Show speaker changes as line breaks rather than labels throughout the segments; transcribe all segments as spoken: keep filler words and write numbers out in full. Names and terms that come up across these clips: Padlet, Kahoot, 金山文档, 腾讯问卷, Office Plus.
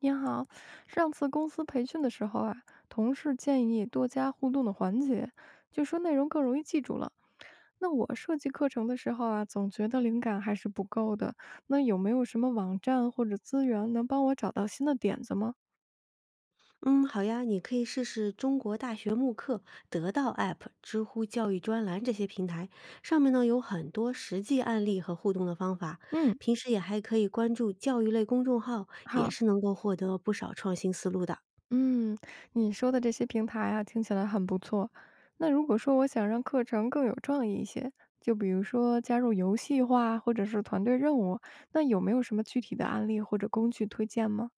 您好，上次公司培训的时候啊，同事建议多加互动的环节，就说内容更容易记住了。那我设计课程的时候啊，总觉得灵感还是不够的。那有没有什么网站或者资源能帮我找到新的点子吗？
嗯，好呀，你可以试试中国大学慕课、得到 App、知乎教育专栏这些平台，上面呢有很多实际案例和互动的方法。
嗯，
平时也还可以关注教育类公众号，也
好，
是能够获得不少创新思路的。
嗯，你说的这些平台啊，听起来很不错。那如果说我想让课程更有创意一些，就比如说加入游戏化或者是团队任务，那有没有什么具体的案例或者工具推荐吗？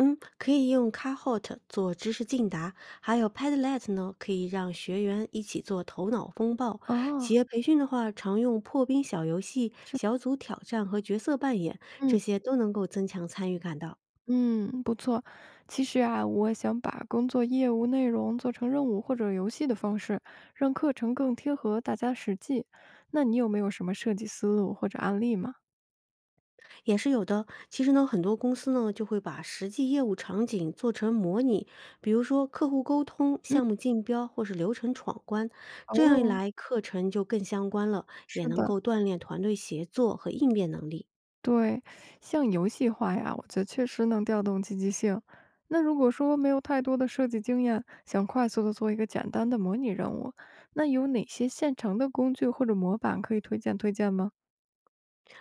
嗯，可以用 Kahoot 做知识竞答，还有 Padlet 呢，可以让学员一起做头脑风暴。
哦，
企业培训的话，常用破冰小游戏、
是，
小组挑战和角色扮演，这
嗯
些都能够增强参与感的。
嗯，不错。其实啊，我想把工作业务内容做成任务或者游戏的方式，让课程更贴合大家实际。那你有没有什么设计思路或者案例吗？
也是有的。其实呢，很多公司呢就会把实际业务场景做成模拟，比如说客户沟通、项目竞标或是流程闯关。这样一
哦，
来，课程就更相关了，也
是
能
的，
够锻炼团队协作和应变能力。
对，像游戏化呀，我觉得确实能调动积极性。那如果说没有太多的设计经验，想快速的做一个简单的模拟任务，那有哪些现成的工具或者模板可以推荐推荐吗？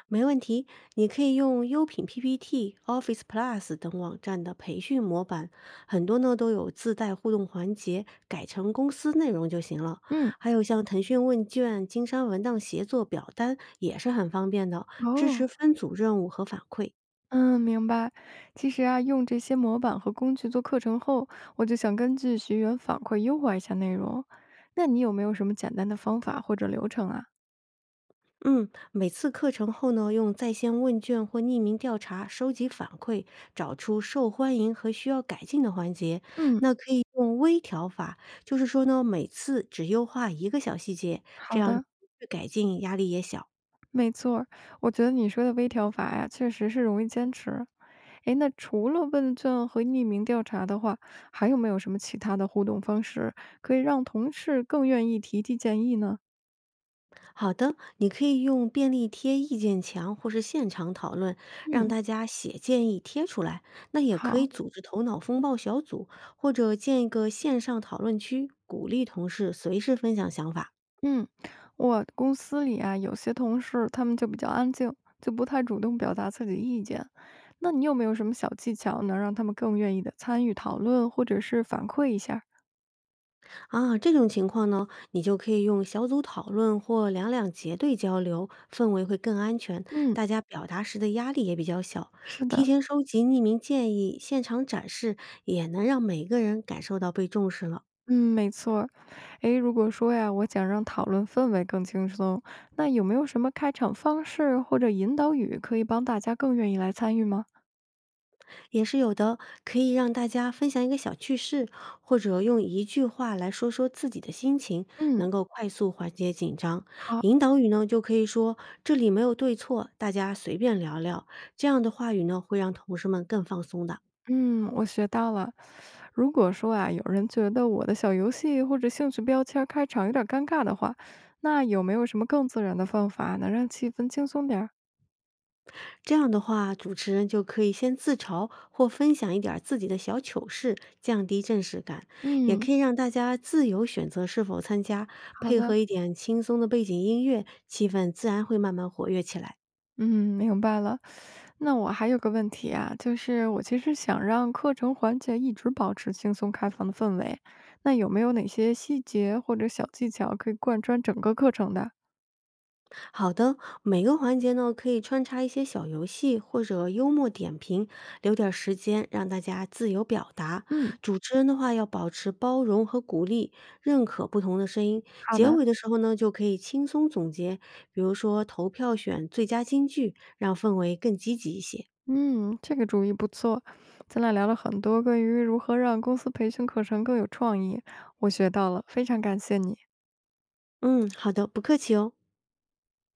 没问题，你可以用优品 P P T、Office Plus 等网站的培训模板，很多呢都有自带互动环节，改成公司内容就行了。
嗯，
还有像腾讯问卷、金山文档协作表单也是很方便的，支持
哦，
分组任务和反馈。
嗯，明白。其实啊，用这些模板和工具做课程后，我就想根据学员反馈优化一下内容。那你有没有什么简单的方法或者流程啊？
嗯，每次课程后呢，用在线问卷或匿名调查收集反馈，找出受欢迎和需要改进的环节。
嗯，
那可以用微调法，就是说呢，每次只优化一个小细节，这
好
样持
的，
续改进压力也小。
没错儿，我觉得你说的微调法呀，确实是容易坚持。诶，那除了问卷和匿名调查的话，还有没有什么其他的互动方式可以让同事更愿意提提建议呢？
好的，你可以用便利贴意见墙或是现场讨论，让
嗯，
大家写建议贴出来。那也可以
好。
组织头脑风暴小组，或者建一个线上讨论区，鼓励同事随时分享想法。
嗯，我公司里啊，有些同事他们就比较安静，就不太主动表达自己意见。那你有没有什么小技巧能让他们更愿意的参与讨论，或者是反馈一下儿？
啊，这种情况呢，你就可以用小组讨论或两两结对交流，氛围会更安全，
嗯，
大家表达时的压力也比较小。
是
提
的，
前收集匿名建议，现场展示，也能让每个人感受到被重视了。
嗯，没错儿。诶，如果说呀，我想让讨论氛围更轻松，那有没有什么开场方式或者引导语可以帮大家更愿意来参与吗？
也是有的，可以让大家分享一个小趣事，或者用一句话来说说自己的心情，
嗯，
能够快速缓解紧张。引
好。
导语呢，就可以说这里没有对错，大家随便聊聊。这样的话语呢，会让同事们更放松的。
嗯，我学到了。如果说啊，有人觉得我的小游戏或者兴趣标签儿开场有点儿尴尬的话，那有没有什么更自然的方法能让气氛轻松点儿？
这样的话，主持人就可以先自嘲或分享一点儿自己的小糗事，降低正式感，也
嗯，
可以让大家自由选择是否参加，
好
配合
的，
一点轻松的背景音乐，气氛自然会慢慢活跃起来。
嗯，明白了。那我还有个问题啊，就是我其实想让课程环节一直保持轻松开放的氛围，那有没有哪些细节或者小技巧可以贯穿整个课程的？
好的，每个环节呢可以穿插一些小游戏或者幽默点评，留点儿时间让大家自由表达。
嗯，
主持人的话要保持包容和鼓励，认可不同的声音。
好
结
的。
尾的时候呢，就可以轻松总结，比如说投票选最佳金句，让氛围更积极一些。
嗯，这个主意不错。咱俩聊了很多关于如何让公司培训课程更有创意，我学到了，非常感谢你。
嗯，好的，不客气哦。